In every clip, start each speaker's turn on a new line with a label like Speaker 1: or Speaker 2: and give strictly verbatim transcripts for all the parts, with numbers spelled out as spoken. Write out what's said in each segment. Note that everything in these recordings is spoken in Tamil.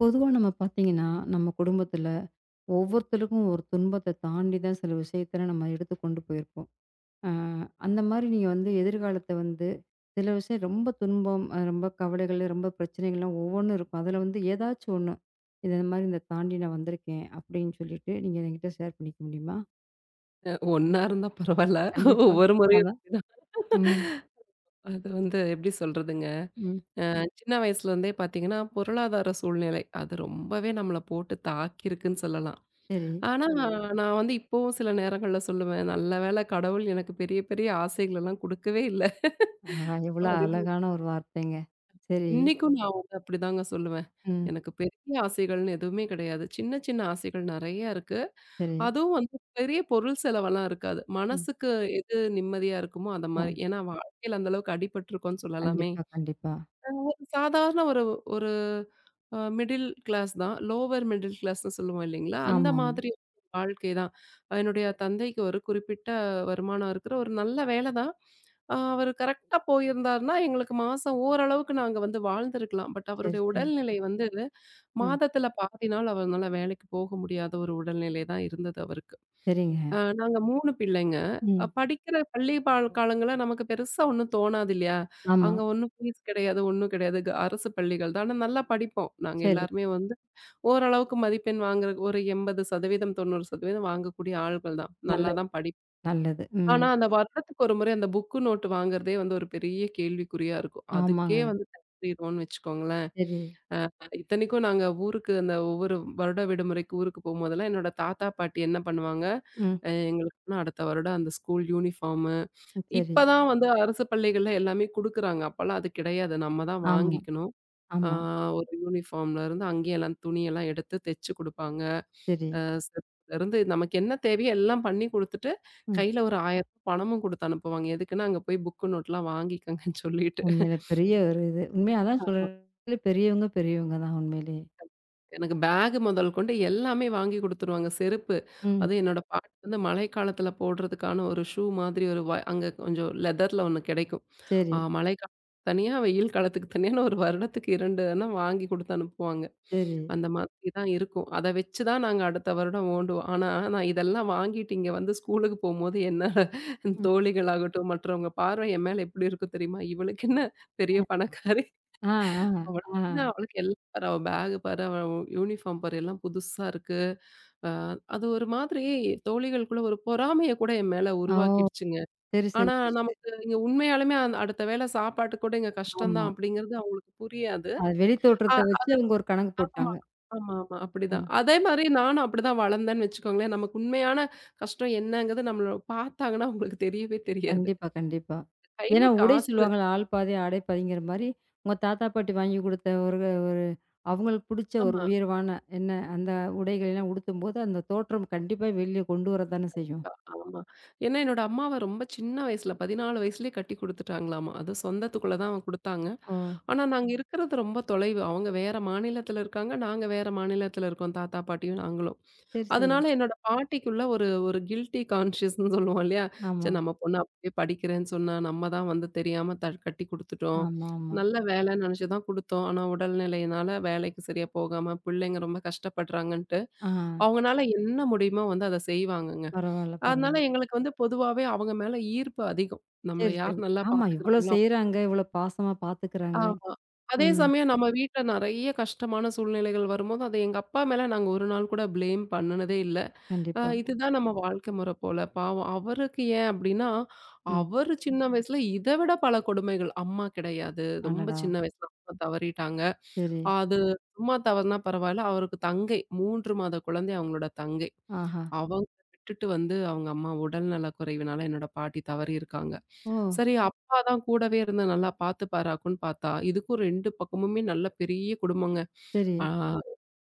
Speaker 1: பொதுவா நம்ம பார்த்தீங்கன்னா, நம்ம குடும்பத்தில ஒவ்வொருத்தருக்கும் ஒரு துன்பத்த தாண்டி தான் சில விஷயத்தில நம்ம எடுத்து கொண்டு போயிருப்போம். அ அந்த மாரி நீங்க வந்து எதிர்காலத்த வந்து சில விஷயம் ரொம்ப துன்பம், அ ரொம்ப கவலைகள், ரொம்ப பிரச்சனைகள்லாம் ஒவ்வொன்னும் இருக்கும். அதில வந்து ஏதாச்சும் ஒண்ணு, "இது இந்த மாரி இந்த தாண்டி நான் வந்திருக்கேன்." அப்படின்னு சொல்லிட்டு நீங்க என்கிட்ட ஷேர் பண்ணிக்க முடியுமா?
Speaker 2: அ ஒண்ணா இருந்தா பரவால்ல.
Speaker 1: கண்டிப்பா.
Speaker 2: ஒவ்வொரு முறையும்
Speaker 1: அதான்.
Speaker 2: அப்படிதான்.
Speaker 1: ம்,
Speaker 2: அது வந்து எப்படி சொல்றதுங்க,
Speaker 1: ம்.
Speaker 2: சின்ன வயசுலருந்தே பார்த்தீங்கன்னா, பொருளாதார சூழ்நிலை அது ரொம்பவே நம்மள போட்டு தாக்கியிருக்குன்னு சொல்லலாம்.
Speaker 1: சரி.
Speaker 2: ஆனா, ம். நான் வந்து இப்பவும் சில நேரங்கள்ல சொல்லுவேன், நல்ல வேளை கடவுள் எனக்கு பெரிய பெரிய ஆசைகளெல்லாம் குடுக்கவே இல்ல.
Speaker 1: ஆஹா! எவ்வளோ
Speaker 2: அப்படின்னு
Speaker 1: அழகான ஒரு வார்த்தைங்க. சரி.
Speaker 2: இன்னைக்கும் நான் வந்து அப்படிதாங்க சொல்லுவேன்.
Speaker 1: ம்.
Speaker 2: எனக்கு பெரிய ஆசைகள்னு எதுவுமே கிடையாது. சின்ன சின்ன ஆசைகள் நெறைய இருக்கு.
Speaker 1: சரி.
Speaker 2: அதுவும் வந்து பெரிய பொருள் செலவெல்லாம் இருக்காது.
Speaker 1: ம்.
Speaker 2: மனசுக்கு எது நிம்மதியா இருக்குமோ, அந்த
Speaker 1: ஆ.
Speaker 2: மாரி. ஏன்னா வாழ்க்கையில அந்த அளவுக்கு அடிபட்டுருக்கோம்ன்னு சொல்லலாமே!
Speaker 1: கண்டிப்பா, கண்டிப்பா.
Speaker 2: ஒரு சாதாரண ஒரு ஒரு அ மிடில் கிளாஸ் தான். லோவர் மிடில் கிளாஸ்ன்னு சொல்லுவோம் இல்லைங்களா? அந்த
Speaker 1: ஆமாமா.
Speaker 2: மாதிரி வாழ்க்கை தான். என்னுடைய தந்தைக்கு ஒரு குறிப்பிட்ட வருமானம் இருக்கிற ஒரு நல்ல வேலை தான். அ அவரு கரெக்ட்டா போயிருந்தாருன்னா, எங்களுக்கு மாசம் ஓரளவுக்கு நாங்க வந்து வாழ்ந்திருக்கலாம். பட்
Speaker 1: சரி,
Speaker 2: அவருடைய
Speaker 1: சரி.
Speaker 2: உடல்நிலை வந்து
Speaker 1: ம்.
Speaker 2: மாதத்துல பாதி நாள் அவர்னால வேலைக்கு போக முடியாத ஒரு உடல்நிலை தான் இருந்தது அவருக்கு.
Speaker 1: சரிங்க.
Speaker 2: அ நாங்க மூணு பிள்ளைங்க. அ
Speaker 1: ம்.
Speaker 2: படிக்கிற பள்ளி பால் காலங்கள்ல நமக்கு பெருசா ஒண்ணும் தோணாது இல்லையா?
Speaker 1: ஆமா.
Speaker 2: அங்க ஒண்ணும் ஃபீஸ் கிடையாது, ஒண்ணும் கிடையாது. க அரசு பள்ளிகள் தான். ஆனா நல்லா படிப்போம். நாங்க
Speaker 1: சரி.
Speaker 2: எல்லாருமே வந்து ஓரளவுக்கு மதிப்பெண் வாங்குற ஒரு எண்பது சதவீதம், தொண்ணூறு சதவீதம் வாங்கக்கூடிய ஆள்கள் தான். நல்லா
Speaker 1: நல்லது,
Speaker 2: தான் படிப்போம்.
Speaker 1: நல்லது. ம்.
Speaker 2: ஆனா அந்த வருடத்துக்கு ஒரு முறை அந்த புக்கு, நோட்டு வாங்குறதே வந்து ஒரு பெரிய கேள்விக்குறியா இருக்கும்.
Speaker 1: ஆமாங்க.
Speaker 2: அதுக்கே வந்து தயாராகிருவோம்னு வச்சுக்கோங்களேன்.
Speaker 1: சரி.
Speaker 2: இத்தனைக்கும் நாங்க ஊருக்கு அந்த ஒவ்வொரு வருட விடுமுறைக்கு ஊருக்கு போம்போதெல்லாம், என்னோட தாத்தா, பாட்டி என்ன பண்ணுவாங்க,
Speaker 1: ம்.
Speaker 2: அ எங்களுக்குன்னா அடுத்த வருடம் அந்த ஸ்கூல் யூனிஃபார்மு
Speaker 1: சரி.
Speaker 2: இப்ப தான் வந்து அரசு பள்ளிகள்ல எல்லாமே குடுக்குறாங்க. அப்பலாம் அது கிடையாது. நம்ம தான்
Speaker 1: ஆமா,
Speaker 2: வாங்கிக்கணும். ஆ
Speaker 1: ஆமா.
Speaker 2: ஒரு யூனிஃபார்ம்லருந்து அங்கேயே எல்லாம் துணியெல்லாம் எடுத்து தைச்சு குடுப்பாங்க.
Speaker 1: சரி.
Speaker 2: அ செருப்புலருந்து நமக்கு என்ன தேவையோ எல்லாம் பண்ணி குடுத்துட்டு,
Speaker 1: ம்.
Speaker 2: கையில ஒரு ரூ. ஆயிரம் பணமும் குடுத்து அனுப்புவாங்க. எதுக்குன்னா, "அங்க போய் புக்கு, நோட்லாம் வாங்கிக்கங்கன்னு" சொல்லிட்டு.
Speaker 1: உண்மையிலே பெரிய ஒரு இது. உண்மையா அதான்
Speaker 2: ஆமா.
Speaker 1: சொல்றேன். பெரியவங்க, பெரியவங்க தான் உண்மையிலேயே.
Speaker 2: எனக்கு பேக் முதல் கொண்டு எல்லாமே வாங்கி குடுத்துருவாங்க. செருப்பு,
Speaker 1: ம்.
Speaker 2: அதுவும் என்னோட பாட்டி வந்து மழைக்காலத்தில போடுறதுக்கான ஒரு ஷூ மாதிரி ஒரு வ அங்க கொஞ்சம் லெதர்ல ஒண்ணு கிடைக்கும்.
Speaker 1: சரி,
Speaker 2: ஆ மழைக்காலத்துக்கு தனியா, வெயில் காலத்துக்கு தனியான்னு ஒரு வருடத்துக்கு ரெண்டு ஆனா வாங்கி குடுத்து அனுப்புவாங்க.
Speaker 1: சரி.
Speaker 2: அந்த மாதிரி தான் இருக்கும். அத வச்சு தான் நாங்க அடுத்த வருடம் ஓண்டுவோம். ஆனா, நான் இதெல்லாம் வாங்கிட்டு இங்க வந்து ஸ்கூலுக்கு போம்போது என்னோட
Speaker 1: ம்.
Speaker 2: தோழிகளாகட்டும், மற்றவங்க பார்வை என் மேல எப்படி இருக்கும் தெரியுமா? இவளுக்கு என்ன பெரிய பணக்காரி.
Speaker 1: ஆ, ஆ,
Speaker 2: அவளுக்கு
Speaker 1: ஆ.
Speaker 2: என்ன அவளுக்கு எல்லாம் பாரு, அவ பேக் பாரு, அவ யூனிஃபார்ம் பாரு எல்லாம் புதுசா இருக்கு. அ அது ஒரு மாதிரி தோழிகளுக்குள்ள ஒரு பொறாமைய கூட என் மேல
Speaker 1: ஓ!
Speaker 2: உருவாக்கிடுச்சுங்க.
Speaker 1: சரி, சரி,
Speaker 2: ஆனா
Speaker 1: சரி, சரி.
Speaker 2: நமக்கு இங்க உண்மையாலுமே அந் அடுத்த வேள சாப்பாட்டுக்கு கூட இங்க கஷ்டம்
Speaker 1: ஆமா.
Speaker 2: தான் அப்படிங்கிறது அவங்களுக்கு புரியாது.
Speaker 1: அது
Speaker 2: அ
Speaker 1: வெளித்தோற்றத்த வச்சு அவங்க ஒரு கணக்கு
Speaker 2: ஆமா.
Speaker 1: போட்டாங்க.
Speaker 2: ஆமா, ஆமா. அப்படிதான்.
Speaker 1: ம்.
Speaker 2: அதே மாரி நானும் அப்படிதான் வளர்ந்தேன்னு வச்சுக்கோங்களேன். நமக்கு உண்மையான கஷ்டம் என்னங்கிறது நம்மள பார்த்தாங்கன்னா அவங்களுக்கு தெரியவே தெரியாது.
Speaker 1: கண்டிப்பா, கண்டிப்பா. ஏன்னா
Speaker 2: கையில
Speaker 1: உடை
Speaker 2: காசு
Speaker 1: சொல்லுவாங்கள்ல, "ஆள் பாதி ஆடை பாதிங்கிற" மாரி, உங்க தாத்தா, பாட்டி வாங்கி குடுத்த ஒரு ஒரு அவங்களுக்கு புடிச்ச ஒரு
Speaker 2: ஆமா.
Speaker 1: உயர்வான என்ன, அந்த உடைகள்லாம் உடுத்தும்போது, அந்த தோற்றம் கண்டிப்பா வெளிய கொண்டு வரத்தானே செய்யும்.
Speaker 2: அ ஆமா. ஏன்னா என்னோட அம்மாவ ரொம்ப சின்ன வயசுல பதினாலு வயசுலயே கட்டி குடுத்துட்டாங்களாமா. அது சொந்தத்துக்குள்ள தான் குடுத்தாங்க.
Speaker 1: ஓ!
Speaker 2: ஆனா நாங்க இருக்கிறது ரொம்ப தொலைவு. அவங்க வேற மாநிலத்தில இருக்காங்க. நாங்க வேற மாநிலத்தில இருக்கோம். தாத்தா, பாட்டியும் நாங்களும்.
Speaker 1: சரி, சரி.
Speaker 2: அதனால என்னோட பாட்டிக்குள்ள ஒரு ஒரு கில்ட்டி கான்ஷியஸ்ன்னு சொல்லுவோம் இல்லையா? "ச்சே
Speaker 1: ஆமா.
Speaker 2: நம்ம பொண்ணு அப்பயே படிக்கிறேன்னு சொன்னா, நம்ம தான் வந்து தெரியாம த கட்டி குடுத்துட்டோம்.
Speaker 1: ஆமா, ஆமா.
Speaker 2: நல்ல வேலைன்னு நெனச்சு தான் குடுத்தோம். ஆனா உடல்நிலையினால வேலைக்கு சரியா போகாம, பிள்ளைங்க ரொம்ப கஷ்டப்படுறாங்கன்ட்டு"
Speaker 1: ஆ.
Speaker 2: அவங்கனால என்ன முடியுமோ வந்து அத செய்வாங்கங்க.
Speaker 1: பரவால்ல,
Speaker 2: அதனால
Speaker 1: பரவால்ல.
Speaker 2: எங்களுக்கு வந்து பொதுவாவே அவங்க மேல ஈர்ப்பு அதிகம். நம்மள
Speaker 1: சரி, சரி.
Speaker 2: யார் நல்லா
Speaker 1: ஆமா, இவ்ளோ
Speaker 2: பாத்துக்கிறாங்களோ
Speaker 1: செய்றாங்க, இவ்ளோ பாசமா பாத்துக்குறாங்க.
Speaker 2: ஆமா. அதே
Speaker 1: ம்.
Speaker 2: சமயம் நம்ம வீட்ல நெறைய கஷ்டமான சூழ்நிலைகள் வரும்போது, அத எங்க அப்பா மேல நாங்க ஒரு நாள் கூட ப்ளேம் பண்ணுனதே இல்ல. அ
Speaker 1: கண்டிப்பா.
Speaker 2: இதுதான் நம்ம வாழ்க்கை முறை போல. பாவம் அவருக்கு ஏன் அப்டின்னா,
Speaker 1: ம்.
Speaker 2: அவரு சின்ன வயசுல இத விட பல கொடுமைகள். அம்மா கிடையாது. ரொம்ப
Speaker 1: அடடா!
Speaker 2: சின்ன வயசுல அம்மா தவறிட்டாங்க.
Speaker 1: சரி.
Speaker 2: அது அம்மா தவறுனா பரவாயில்ல. அவருக்கு தங்கை மூணு மாத குழந்தை அவங்களோட தங்கை.
Speaker 1: ஆஹா!
Speaker 2: அவங்க விட்டுட்டு வந்து அவங்க அம்மா உடல்நல குறைவினால என்னோட பாட்டி தவறியிருக்காங்க.
Speaker 1: ஓ!
Speaker 2: சரி அப்பா தான் கூடவே இருந்து நல்லா பார்த்துப்பாராக்குன்னு பார்த்தா, இதுக்கும் ரெண்டு பக்கமுமே நல்ல பெரிய குடும்பங்க.
Speaker 1: சரி,
Speaker 2: ஆ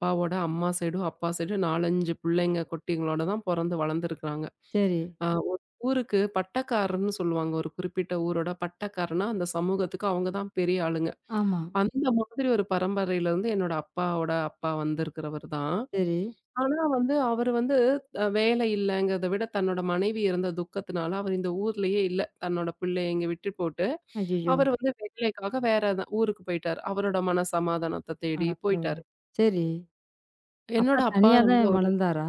Speaker 2: அப்பாவோட அம்மா சைடும், அப்பா சைடும் நாலு, அஞ்சு பிள்ளைங்க, குட்டிங்களோட தான் பொறந்து வளர்ந்துருக்காங்க.
Speaker 1: சரி.
Speaker 2: அ ஒரு ஊருக்கு பட்டக்காரன்னு சொல்லுவாங்க. ஒரு குறிப்பிட்ட ஊரோட பட்டக்காரன்னா, அந்த சமூகத்துக்கு அவங்க தான் பெரிய ஆளுங்க.
Speaker 1: ஆமா.
Speaker 2: அந்த மாதிரி ஒரு பரம்பரையிலருந்து என்னோட அப்பாவோட அப்பா வந்திருக்கிறவர் தான்.
Speaker 1: சரி.
Speaker 2: ஆனா வந்து அவரு வந்து அ வேலை இல்லங்கிறத விட தன்னோட மனைவி இறந்த துக்கத்தினால அவர் இந்த ஊர்லயே இல்ல. தன்னோட பிள்ளைய இங்க விட்டு போட்டு,
Speaker 1: ஐயய்யோ!
Speaker 2: அவர் வந்து வேலைக்காக வேற த- ஊருக்கு போயிட்டாரு. அவரோட மன சமாதானத்த
Speaker 1: அட
Speaker 2: தேடி
Speaker 1: கடவுளே!
Speaker 2: போயிட்டாரு.
Speaker 1: சரி. அப்பா
Speaker 2: என்னோட அப்பா
Speaker 1: தனியா
Speaker 2: ரொம்ப
Speaker 1: தான்
Speaker 2: ஒரு
Speaker 1: வளர்ந்தாரா?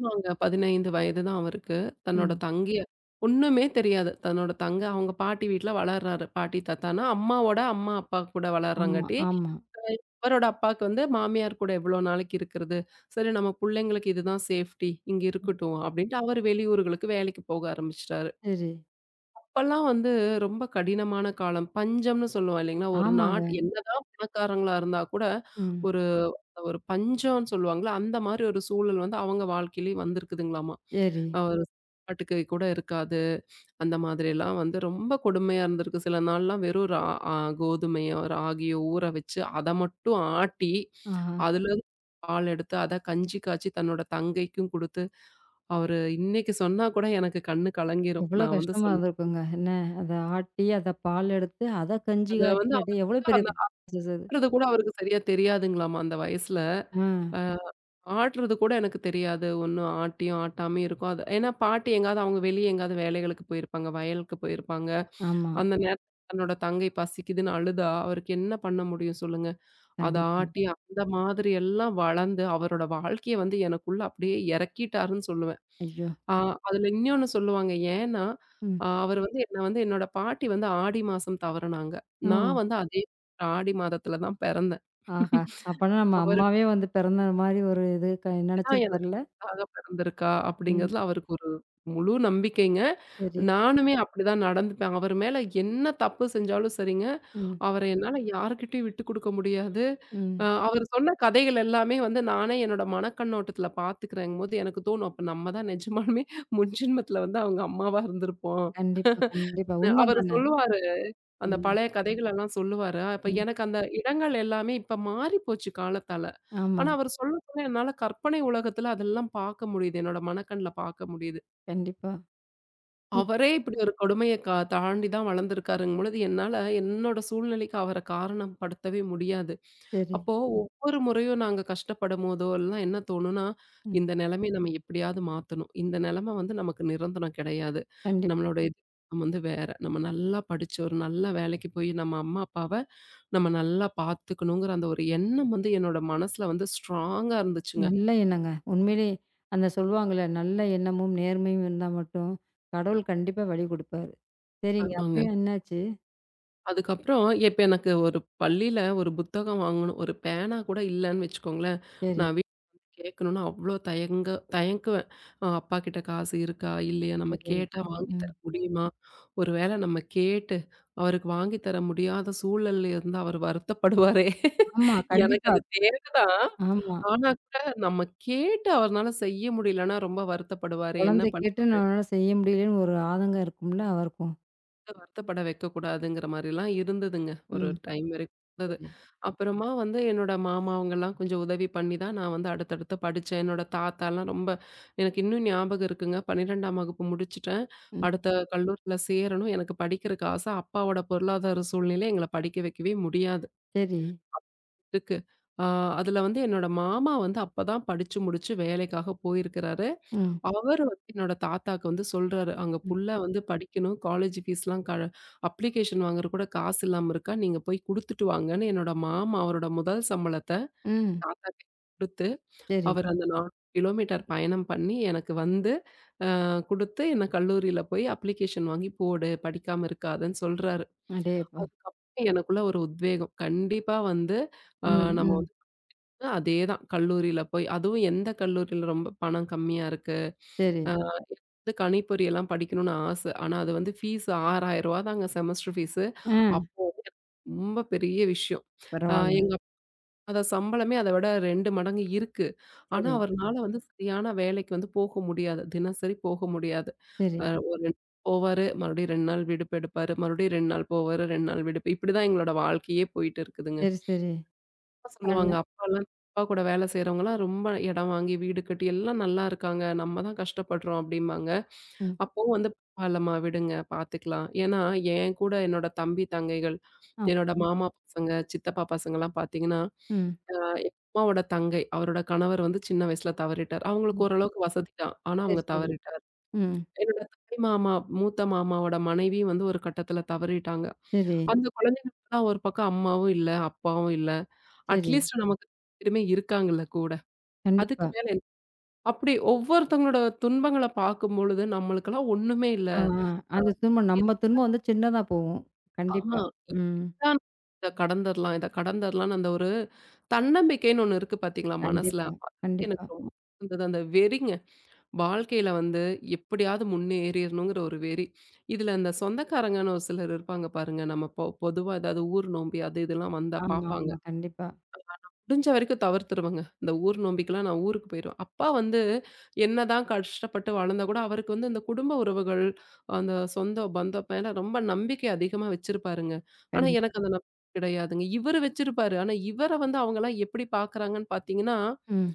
Speaker 2: ஆமாங்க. பதினஞ்சு வயது தான் அவருக்கு. தன்னோட
Speaker 1: ம்.
Speaker 2: தங்கைய ஒண்ணுமே தெரியாது. தன்னோட தங்க அவங்க பாட்டி வீட்ல வளர்றாரு. பாட்டி, தாத்தான்னா அம்மாவோட அம்மா, அப்பா கூட
Speaker 1: ஆமா,
Speaker 2: வளர்றாங்காட்டி,
Speaker 1: ஆமா.
Speaker 2: அவரோட அப்பாவுக்கு வந்து மாமியார் கூட எவ்வளோ நாளைக்கு இருக்கிறது? சரி நம்ம புள்ளைங்களுக்கு இதுதான் சேஃப்டி. இங்க இருக்கட்டும். அப்படின்ட்டு அவர் வெளியூர்களுக்கு வேலைக்கு போக ஆரம்பிச்சுட்டாரு.
Speaker 1: சரி.
Speaker 2: அப்பல்லாம் வந்து ரொம்ப கடினமான காலம். பஞ்சம்னு சொல்லுவோம் இல்லைங்களா? ஒரு
Speaker 1: ஆமாங்க.
Speaker 2: நாட் என்னதான் பணக்காரங்களா இருந்தா கூட,
Speaker 1: ம்.
Speaker 2: ஒரு ஒரு பஞ்சம்னு சொல்லுவாங்கல்ல, அந்த மாரி ஒரு சூழல் வந்து அவங்க வாழ்க்கையிலயும் வந்திருக்குதுங்களாமா.
Speaker 1: சரி.
Speaker 2: அ ஒரு சாப்பாட்டுக்கு கூட இருக்காது. அந்த மாதிரியெல்லாம் வந்து ரொம்ப கொடுமையா இருந்திருக்கு. சில நாள்லாம் வெறும் ரா அ கோதுமையோ, ராகியோ ஊற வச்சு, அத மட்டும் ஆட்டி,
Speaker 1: ஆஹா!
Speaker 2: அதுலருந்து பால் எடுத்து, அத கஞ்சி காய்ச்சி தன்னோட தங்கைக்கும் குடுத்து, அவரு இன்னைக்கு சொன்னா கூட எனக்கு கண்ணு கலங்கிரும்.
Speaker 1: எவ்வளோ
Speaker 2: நான் வந்து
Speaker 1: கஷ்டமா
Speaker 2: சொல்
Speaker 1: இருந்திருக்குங்க. என்ன அத ஆட்டி, அத பால் எடுத்து, அத கஞ்சி
Speaker 2: அத வந்து
Speaker 1: காய்ச்சி அட எவ்வளோ
Speaker 2: அவருக்கு
Speaker 1: பெரிய
Speaker 2: அந்த
Speaker 1: ப்ராசஸ் அது.
Speaker 2: ஆட்றது கூட அவருக்கு சரியா தெரியாதுங்களாமா அந்த வயசுல.
Speaker 1: ஆ,
Speaker 2: அ ஆட்றது கூட எனக்கு தெரியாது. ஒண்ணும் ஆட்டியும், ஆட்டாமயும் இருக்கும். அது ஏன்னா பாட்டி எங்கேயாவது அவங்க வெளிய எங்கேயாவது வேலைகளுக்கு போயிருப்பாங்க, வயலுக்கு போயிருப்பாங்க.
Speaker 1: ஆமா.
Speaker 2: அந்த நேரத்துல தன்னோட தங்கை பசிக்குதுன்னு அழுதா, அவருக்கு என்ன பண்ண முடியும் சொல்லுங்க? அத
Speaker 1: கண்டிப்பா.
Speaker 2: ஆட்டி அந்த மாதிரி எல்லாம் வளர்ந்து, அவரோட வாழ்க்கைய வந்து எனக்குள்ள அப்படியே இறக்கிட்டாருன்னு சொல்லுவேன்.
Speaker 1: ஐயோ!
Speaker 2: ஆ அதுல இன்னொன்னு சொல்லுவாங்க. ஏன்னா,
Speaker 1: ம்.
Speaker 2: அ அவரு வந்து என்ன வந்து என்னோட பாட்டி வந்து ஆடி மாசம் தவறுனாங்க.
Speaker 1: ஓ!
Speaker 2: நான் வந்து அதே ஆடி மாதத்துல தான் பிறந்தேன்.
Speaker 1: ஆஹா! அப்பன்னா நம்ம
Speaker 2: அவரு
Speaker 1: அம்மாவே வந்து பிறந்த மாரி ஒரு இது க
Speaker 2: தான் எனக்கு
Speaker 1: நெனச்சிருப்பார்ல.
Speaker 2: மகளாக பிறந்திருக்கா
Speaker 1: ம்.
Speaker 2: அப்படிங்கிறதுல அவருக்கு ஒரு முழு நம்பிக்கைங்க.
Speaker 1: சரி.
Speaker 2: நானுமே அப்படிதான் நடந்துப்பேன். அவர் மேல என்ன தப்பு செஞ்சாலும் சரிங்க,
Speaker 1: ம்,
Speaker 2: அவர என்னால யார்கிட்டயும் விட்டு குடுக்க முடியாது. அ
Speaker 1: ம்.
Speaker 2: அவர் சொன்ன கதைகள் எல்லாமே வந்து நானே என்னோட மனக்கண்ணோட்டத்துல பார்த்துக்கிறேங்கும்போது எனக்கு தோணும், அப்ப நம்ம தான் நிஜமாலுமே முன்ஜென்மத்துல வந்து அவங்க அம்மாவா இருந்திருப்போம்.
Speaker 1: கண்டிப்பா, கண்டிப்பா. உண்ம
Speaker 2: அவரு
Speaker 1: தானே.
Speaker 2: சொல்லுவாரு. அந்த
Speaker 1: ம்,
Speaker 2: பழைய கதைகள் எல்லாம் சொல்லுவாரு. அப்ப
Speaker 1: ம்.
Speaker 2: எனக்கு அந்த இடங்கள் எல்லாமே இப்ப மாறி போச்சு காலத்தால.
Speaker 1: ஆமா.
Speaker 2: ஆனா அவர் சொல்ல சொல்ல என்னால கற்பனை உலகத்துல அதெல்லாம் பார்க்க முடியுது. என்னோட மனக்கண்ல பார்க்க முடியுது.
Speaker 1: கண்டிப்பா. இப்
Speaker 2: அவரே இப்படி ஒரு கொடுமைய க தாண்டி தான் வளர்ந்திருக்காருங்கும் பொழுது, என்னால என்னோட சூழ்நிலைக்கு அவர காரணம் படுத்தவே முடியாது.
Speaker 1: சரி.
Speaker 2: அப்போ ஒவ்வொரு முறையும் நாங்க கஷ்டப்படும்போதோ எல்லாம் என்ன தோணும்னா,
Speaker 1: ம்.
Speaker 2: இந்த நிலைமைய நம்ம எப்படியாவது மாத்தணும். இந்த நிலைம வந்து நமக்கு நிரந்தரம் கிடையாது.
Speaker 1: கண்டிப்பா.
Speaker 2: நம்மளோட எதிர்காலம் வந்து வேற. நம்ம நல்லா படிச்சு ஒரு நல்ல வேலைக்கு போய் நம்ம அம்மா, அப்பாவ நம்ம நல்லா பார்த்துக்கணுங்கிற அந்த ஒரு எண்ணம் வந்து என்னோட மனசுல வந்து ஸ்ட்ராங்கா இருந்துச்சுங்க.
Speaker 1: நல்ல எண்ணங்க. உண்மையிலேயே அந்த சொல்லுவாங்கள்ல, நல்ல எண்ணமும், நேர்மையும் இருந்தா மட்டும் கடவுள் கண்டிப்பா வழி குடுப்பாரு. சரிங்க.
Speaker 2: ஆமாங்க.
Speaker 1: அப்புறம் என்னாச்சு?
Speaker 2: அதுக்கப்புறம் இப்ப எனக்கு ஒரு பள்ளியில ஒரு புத்தகம் வாங்கணும், ஒரு பேனா கூட இல்லன்னு வச்சுக்கோங்களேன்,
Speaker 1: சரி,
Speaker 2: நான் வீட்ல வந்து கேட்கணும்னு அவ்ளோ தயங்க தயங்குவேன். அ அப்பா கிட்ட காசு இருக்கா? இல்லையா? நம்ம
Speaker 1: சரி. ம்,
Speaker 2: கேட்டா வாங்கி
Speaker 1: ம்.
Speaker 2: தர முடியுமா? ஒரு வேள நம்ம கேட்டு அவருக்கு வாங்கி தர முடியாத சூழல்ல இருந்தா அவர் வருத்தப்படுவாரே!
Speaker 1: ஆமா.
Speaker 2: எனக்கு
Speaker 1: கண்டிப்பா.
Speaker 2: அது தேவைதான்.
Speaker 1: ஆமா.
Speaker 2: ஆனா கூட நம்ம கேட்டு அவர்னால செய்ய முடியலன்னா ரொம்ப வருத்தப்படுவாரே! என்ன
Speaker 1: குழந்தை கேட்டு
Speaker 2: பண்றது?
Speaker 1: நம்மளால செய்ய முடியலன்னு ஒரு ஆதங்கம் இருக்கும்ல அவருக்கும்.
Speaker 2: வருத்தப்பட வைக்கக்கூடாதுங்கிற மாரிலாம் இருந்ததுங்க. ஒரு
Speaker 1: ம்.
Speaker 2: டைம் வரைக்கும் இருந்தது.
Speaker 1: சரி.
Speaker 2: அப்புறமா வந்து என்னோட மாமா அவங்கலாம் கொஞ்சம் உதவி பண்ணி தான் நான் வந்து அடுத்தடுத்து படிச்சேன். என்னோட தாத்தாலாம் ரொம்ப எனக்கு இன்னும் ஞாபகம் இருக்குங்க. பன்னிரெண்டாம் வகுப்பு முடிச்சுட்டேன்.
Speaker 1: ம்.
Speaker 2: அடுத்த கல்லூரியில சேரணும். எனக்கு படிக்கிறக்கு ஆசை. அப்பாவோட பொருளாதார சூழ்நிலை எங்கள படிக்க வைக்கவே முடியாது.
Speaker 1: சரி.
Speaker 2: இருக்கு. ஆ அதில வந்து என்னோட மாமா வந்து அப்ப தான் படிச்சு முடிச்சு வேலைக்காக போயிருக்கிறாரு.
Speaker 1: ம்,
Speaker 2: அவரு வந்து என்னோட தாத்தாக்கு வந்து சொல்றாரு, "அங்க
Speaker 1: ம்,
Speaker 2: புள்ள வந்து படிக்கணும். காலேஜ் ஃபீஸ்லாம் க அப்ளிகேஷன் வாங்குற கூட காசு இல்லாம இருக்கா. நீங்க போய் குடுத்துட்டு வாங்கன்னு" என்னோட மாமா அவரோட முதல் சம்பளத்த
Speaker 1: ம்.
Speaker 2: தாத்தா கையில குடுத்து,
Speaker 1: சரி.
Speaker 2: அவர் அந்த நாலு கிலோமீட்டர் பயணம் பண்ணி எனக்கு வந்து அ குடுத்து, என்ன கல்லூரியில போய் அப்ளிகேஷன் வாங்கி போடு. படிக்காம இருக்காதன்னு சொல்றாரு.
Speaker 1: அடேயப்பா!
Speaker 2: அதுக்கப்புறம் எனக்குள்ள ஒரு உத்வேகம். கண்டிப்பா வந்து அ
Speaker 1: ம்,
Speaker 2: நம்ம
Speaker 1: ம்.
Speaker 2: வந்து அதேதான் கல்லூரியில போய் அதுவும் எந்த கல்லூரியில ரொம்ப பணம் கம்மியா இருக்கு.
Speaker 1: சரி.
Speaker 2: வந்து கணிப்பொறி எல்லாம் படிக்கணும்னு ஆசை. ஆனா அது வந்து ஃபீஸ் ரூ. ஆறாயிரம் தாங்க செமஸ்டர் ஃபீஸு.
Speaker 1: ஆ.
Speaker 2: அப்போ ரொம்ப பெரிய விஷயம். அ
Speaker 1: பரவால்ல.
Speaker 2: எங்க அப்பா அத சம்பளமே அத விட ரெண்டு மடங்கு இருக்கு. ஆனா
Speaker 1: சரி,
Speaker 2: அவர்னால வந்து சரியான வேலைக்கு வந்து போக முடியாது. தினசரி போக முடியாது.
Speaker 1: சரி,
Speaker 2: அ ஒரு ரெண்டு போவாரு, மறுபடியும் ரெண்டு நாள் விடுப்பு எடுப்பாரு, மறுபடியும் ரெண்டு நாள் போவாரு, ரெண்டு நாள் விடுப்பு. இப்படிதான் எங்களோட வாழ்க்கையே போயிட்டு இருக்குதுங்க.
Speaker 1: சரி, சரி.
Speaker 2: சொல்லுவாங்க.
Speaker 1: அண்ண
Speaker 2: அப்பாலாம் அப்பா கூட வேலை செய்றவங்கலாம் ரொம்ப இடம் வாங்கி, வீடு கட்டி எல்லாம் நல்லா இருக்காங்க. நம்ம தான் கஷ்டப்படுறோம் அப்டிம்பாங்க.
Speaker 1: ம்.
Speaker 2: அப்பவும் வந்து பரவால்லம்மா விடுங்க பார்த்துக்கலாம். ஏன்னா, என் கூட என்னோட தம்பி, தங்கைகள்,
Speaker 1: ஆ.
Speaker 2: என்னோட மாமா பசங்க, சித்தப்பா பசங்கலாம் பார்த்தீங்கன்னா,
Speaker 1: ம்,
Speaker 2: அ எங்க அம்மாவோட தங்கை, அவரோட கணவர் வந்து சின்ன வயசுல தவறிட்டார்.
Speaker 1: ம்.
Speaker 2: அவங்களுக்கு ஓரளவுக்கு வசதி தான். ஆனா
Speaker 1: சரி,
Speaker 2: அவங்க
Speaker 1: சரி.
Speaker 2: தவறிட்டார்.
Speaker 1: ம்.
Speaker 2: என்னோட தாய் மாமா, மூத்த மாமாவோட மனைவி வந்து ஒரு கட்டத்துல தவறிட்டாங்க.
Speaker 1: சரி,
Speaker 2: அந்த குழந்தைங்களுக்குலாம் ஒரு பக்கம் அம்மாவும் இல்ல, அப்பாவும் இல்ல.
Speaker 1: சரி.
Speaker 2: அட்லீஸ்ட் நமக்கு எதுமே இருக்காங்கல்ல கூட.
Speaker 1: கண்டிப்பா.
Speaker 2: அதுக்கு மேல என்ன? அப்படி ஒவ்வொருத்தவங்களோட துன்பங்கள பார்க்கும்பொழுது நம்மளுக்கெல்லாம் ஒண்ணுமே இல்ல.
Speaker 1: ஆ, ஆ. அது திரும்ப
Speaker 2: இத்
Speaker 1: நம்ம திரும்ப வந்து சின்னதா போகும். கண்டிப்பா.
Speaker 2: ஆமா.
Speaker 1: ம்.
Speaker 2: இப்படித்தான் இத கடந்தரலாம், இத கடந்தரலாம்ன்னு அந்த ஒரு தன்னம்பிக்கைன்னு ஒண்ணு இருக்கு பார்த்தீங்களா மனசுல.
Speaker 1: கண்டிப்பா,
Speaker 2: அது
Speaker 1: கண்டிப்பா.
Speaker 2: எனக்கு ரொம்ப இருந்தது. அந்த வெறிங்க. வாழ்க்கையில வந்து எப்படியாவது முன்னேறிறணுங்கிற ஒரு வெறி. இதுல இந்த சொந்தக்காரங்கன்னு ஒரு சிலர் இருப்பாங்க பாருங்க. நம்ம பொ பொதுவா ஏதாவது ஊர் நோம்பி அது இதெல்லாம் வந்தா
Speaker 1: ஆமா,
Speaker 2: பார்ப்பாங்க.
Speaker 1: ஆமா. கண்டிப்பா.
Speaker 2: முடிஞ்ச வரைக்கும் தவிர்த்துருவேங்க. இந்த ஊர் நோம்பிக்கெல்லாம் நான் ஊருக்கு போயிருவேன். அப்பா வந்து என்னதான் கஷ்டப்பட்டு வளர்ந்தா கூட, அவருக்கு வந்து இந்த குடும்ப உறவுகள், அந்த சொந்த பந்தம் மேல ரொம்ப நம்பிக்கை அதிகமா வச்சிருப்பாருங்க. ஆனா
Speaker 1: கண்டிப்
Speaker 2: எனக்கு அந்த நம்பிக்கை கிடையாதுங்க. இவரு வச்சிருப்பாரு. ஆனா இவர வந்து அவங்கலாம் எப்படி பார்க்குறாங்கன்னு பார்த்தீங்கன்னா,
Speaker 1: ம்.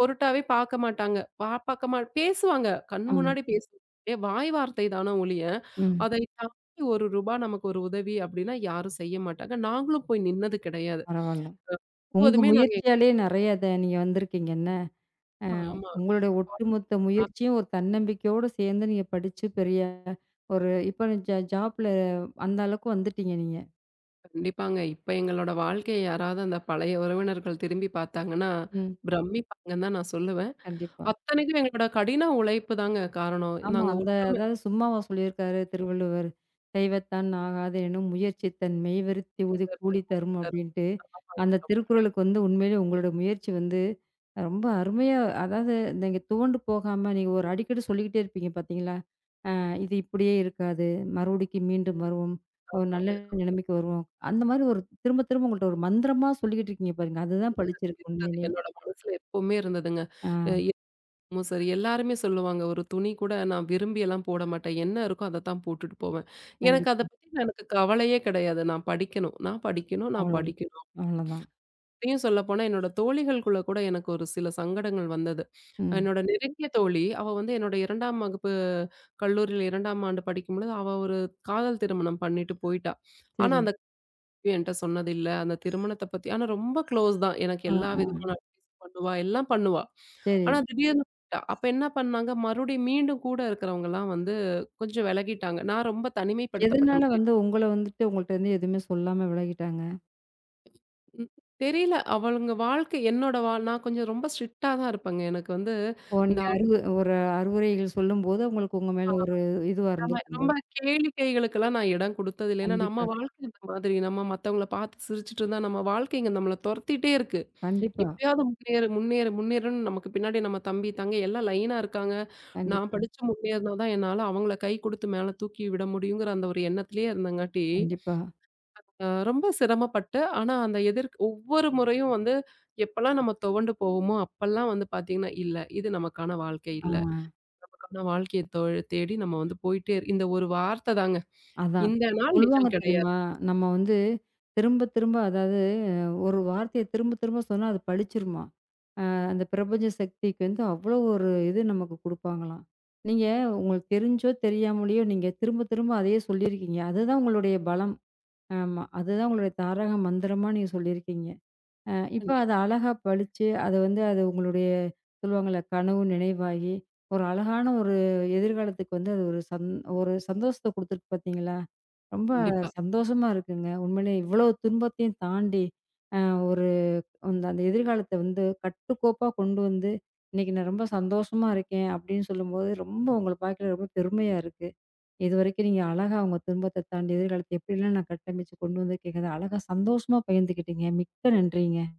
Speaker 2: பொருட்டாவே பார்க்க மாட்டாங்க. பா பார்க்க மா பேசுவாங்க. கண்
Speaker 1: ஆமா.
Speaker 2: முன்னாடி பேசுவாங்க. ஏ வாய் வார்த்தை தான ஒழிய,
Speaker 1: ம்.
Speaker 2: அதை தாண்டி ரூ. ஒரு நமக்கு ஒரு உதவி அப்படின்னா யாரும் செய்ய மாட்டாங்க. நாங்களும் போய் நின்னது கிடையாது.
Speaker 1: பரவால்ல. உங்க
Speaker 2: எப்போதுமே நாங்க
Speaker 1: முயற்சியாலேயே நெறைய அத நீங்க வந்திருக்கீங்க என்ன? அ
Speaker 2: ஆமா.
Speaker 1: உங்களுடைய ஒட்டுமொத்த
Speaker 2: ஆ,
Speaker 1: முயற்சியும் ஒரு தன்னம்பிக்கையோட சேர்ந்து நீங்க படிச்சு பெரிய ஒரு இப்ப ஜா ஜாப்ல அந்த அளவுக்கு வந்துட்டீங்க நீங்க.
Speaker 2: கண்டிப்பாங்க. இப்ப எங்களோட வாழ்க்கைய யாராவது அந்த பழைய உறவினர்கள் திரும்பி பார்த்தாங்கன்னா,
Speaker 1: ம்.
Speaker 2: பிரமிப்பாங்கன்னு தான் நான் சொல்லுவேன்.
Speaker 1: கண்டிப்பா.
Speaker 2: அத்தனைக்கும் எங்களோட கடின உழைப்பு தாங்க காரணம்.
Speaker 1: ஆமா.
Speaker 2: நாங்க
Speaker 1: அந்த
Speaker 2: ஒற்றுமை
Speaker 1: அதாவது சும்மாவா சொல்லியிருக்காரு திருவள்ளுவர்? "செய்வத்தான் ஆகாது எனும் முயற்சி தன் மெய்வருத்தி உது கூலி
Speaker 2: தீர்த்தம்
Speaker 1: தரும்"
Speaker 2: ரொம்ப
Speaker 1: அப்படின்ட்டு. அந்த திருக்குறளுக்கு வந்து உண்மையிலே உங்களோட முயற்சி வந்து ரொம்ப அருமையா அதாவது நீங்க துவண்டு போகாம நீங்க ஒரு அடிக்கடி சொல்லிக்கிட்டே இருப்பீங்க பார்த்தீங்களா? அ இது இப்படியே இருக்காது. மறுபடிக்கு மீண்டும் வருவோம். ஒரு நல்ல நிலைமைக்கு வருவோம். அந்த மாரி ஒரு திரும்ப திரும்ப உங்கள்ட்ட ஒரு மந்திரமா சொல்லிக்கிட்டு இருக்கீங்க பாருங்க. அதுதான் பளிச்சிருக்கு
Speaker 2: இருந்தது.
Speaker 1: உண்மையிலே.
Speaker 2: என்னோட மனசுல எப்பவுமே இருந்ததுங்க.
Speaker 1: ஆ
Speaker 2: அ இப்பவும் சரி, எல்லாருமே சொல்லுவாங்க, "ஒரு துணி கூட நான் விரும்பியெல்லாம் போட மாட்டேன். என்ன இருக்கோ அத தான் போட்டுட்டு போவேன்." எனக்கு அத
Speaker 1: கண்டிப்பா.
Speaker 2: பத்தின எனக்கு கவலையே கிடையாது. நான் படிக்கணும், நான் படிக்கணும், நான்
Speaker 1: அவ்வளோதான்.
Speaker 2: படிக்கணும்.
Speaker 1: அவ்வளோதான்.
Speaker 2: இன்னும் சொல்லப்போனா, என்னோட தோழிகளுக்குள்ள கூட எனக்கு ஒரு சில சங்கடங்கள் வந்தது.
Speaker 1: ம்.
Speaker 2: என்னோட நெருங்கிய தோழி, அவ வந்து என்னோட ரெண்டாம் வகுப்பு கல்லூரியில ரெண்டாம் ஆண்டு படிக்கும்பொழுது, அவ ஒரு காதல் திருமணம் பண்ணிட்டு போயிட்டா. ஆனா,
Speaker 1: சரி.
Speaker 2: அந்த என்ட்ட சொன்னதில்ல. அந்த திருமணத்த பத்தி ஆனா ரொம்ப க்ளோஸ் தான். எனக்கு
Speaker 1: ஆ,
Speaker 2: எல்லா
Speaker 1: ஆ.
Speaker 2: விதமான அட்வைஸும் பண்ணுவா, எல்லாம் பண்ணுவா.
Speaker 1: சரி.
Speaker 2: ஆனா திடீர்னு போயிட்டா. அப்ப என்ன பண்ணாங்க, மறுபடியும் மீண்டும் கூட இருக்கிறவங்கலாம் வந்து கொஞ்சம் விலகிட்டாங்க. நான் ரொம்ப தனிமைப்படுத்தப்பட்ட
Speaker 1: எதனால
Speaker 2: மாரி
Speaker 1: வந்து உங்கள வந்துட்டு உங்கள்ட்ட இருந்து எதுவுமே சொல்லாம விலகிட்டாங்க?
Speaker 2: ம். தெரியல. அவளுங்க வாழ்க்கை என்னோட வா நான் கொஞ்சம் ரொம்ப ஸ்ட்ரிக்ட்டா தான் இருப்பேங்க. எனக்கு வந்து
Speaker 1: ஓ!
Speaker 2: இந்த
Speaker 1: நீங்க அறிவு ஒரு அறிவுரைகள் சொல்லும்போது, உங்களுக்கு உங்க மேல ஒரு இதுவா
Speaker 2: அமிடாம
Speaker 1: இருந்திருக்கும் போல.
Speaker 2: ரொம்ப கேளிக்கைகளுக்கெல்லாம் நான் இடம் குடுத்தது இல்ல. ஏன்னா நம்ம
Speaker 1: கண்டிப்பா,
Speaker 2: வாழ்க்கை இந்த மாதிரி. நம்ம மத்தவங்கள பார்த்து சிரிச்சுட்டு இருந்தா நம்ம வாழ்க்கைங்க நம்மள தொரத்திட்டே இருக்கு.
Speaker 1: கண்டிப்பா,
Speaker 2: எப்படியாவது முன்னேறு, முன்னேறு, முன்னேறுன்னு நமக்கு பின்னாடி நம்ம தம்பி, தங்கை எல்லாம் லைனா இருக்காங்க. நான்
Speaker 1: கண்டிப்பா,
Speaker 2: படிச்சு முன்னேறினா தான் என்னால அவங்கள கை குடுத்து மேல தூக்கி விட முடியுங்கிற அந்த ஒரு எண்ணத்திலேயே இருந்தங்காட்டி
Speaker 1: கண்டிப்பா.
Speaker 2: அ ரொம்ப சிரமப்பட்டு, ஆனா அந்த எதிர்க் ஒவ்வொரு முறையும் வந்து எப்பலாம் நம்ம துவண்டு போவோமோ, அப்பலாம் வந்து பார்த்தீங்கன்னா, "இல்ல, இது நமக்கான வாழ்க்கை
Speaker 1: ஆ
Speaker 2: இல்ல. நமக்கான வாழ்க்கைய தொ தேடி நம்ம வந்து போயிட்டே" இரு- இந்த ஒரு வார்த்த தாங்க.
Speaker 1: அதான்.
Speaker 2: இந்த நாள்
Speaker 1: சொல்லுவாங்க
Speaker 2: நிஜம் கிடையாது.
Speaker 1: தெரியுமா? நம்ம வந்து திரும்ப, திரும்ப அதாவது அஹ், ஒரு வார்த்தைய திரும்ப, திரும்ப சொன்னா அது பளிச்சிருமாம். அந்த பிரபஞ்ச சக்திக்கு வந்து அவ்வளோ ஒரு இது நமக்கு குடுப்பாங்களாம். நீங்க உங்களுக்கு தெரிஞ்சோ, தெரியாமலயோ நீங்க திரும்ப, திரும்ப அதையே சொல்லியிருக்கீங்க. அதுதான் உங்களுடைய பலம். ஆமா. அதுதான் உங்களுடைய தாரக மந்திரமா நீங்க சொல்லியிருக்கீங்க. அ இப்ப அத
Speaker 2: கண்டிப்பா,
Speaker 1: அழகா பளிச்சு, அது வந்து அது உங்களுடைய சொல்லுவாங்கல்ல, கனவு நினைவாகி, ஒரு அழகான ஒரு எதிர்காலத்துக்கு வந்து அது ஒரு சந் ஒரு சந்தோஷத்த குடுத்துருக்கு பார்த்தீங்களா? ரொம்ப
Speaker 2: கண்டிப்பா.
Speaker 1: சந்தோஷமா இருக்குங்க. உண்மையிலே இவ்ளோ துன்பத்தையும் தாண்டி, அ ஒரு அந்த அந்த எதிர்காலத்த வந்து கட்டுக்கோப்பா கொண்டு வந்து, "இன்னைக்கு நான் ரொம்ப சந்தோஷமா இருக்கேன்" அப்படின்னு சொல்லும்போது, ரொம்ப உங்கள பார்க்கல ரொம்ப பெருமையா இருக்கு. இதுவரைக்கும் நீங்க அழகா உங்க துன்பத்த தாண்டி எதிர்காலத்த எப்படிலாம் நான் கட்டமைச்சு கொண்டு வந்திருக்கீங்கறத அழகா சந்தோஷமா பகிர்ந்துக்கிட்டீங்க. மிக்க நன்றிங்க.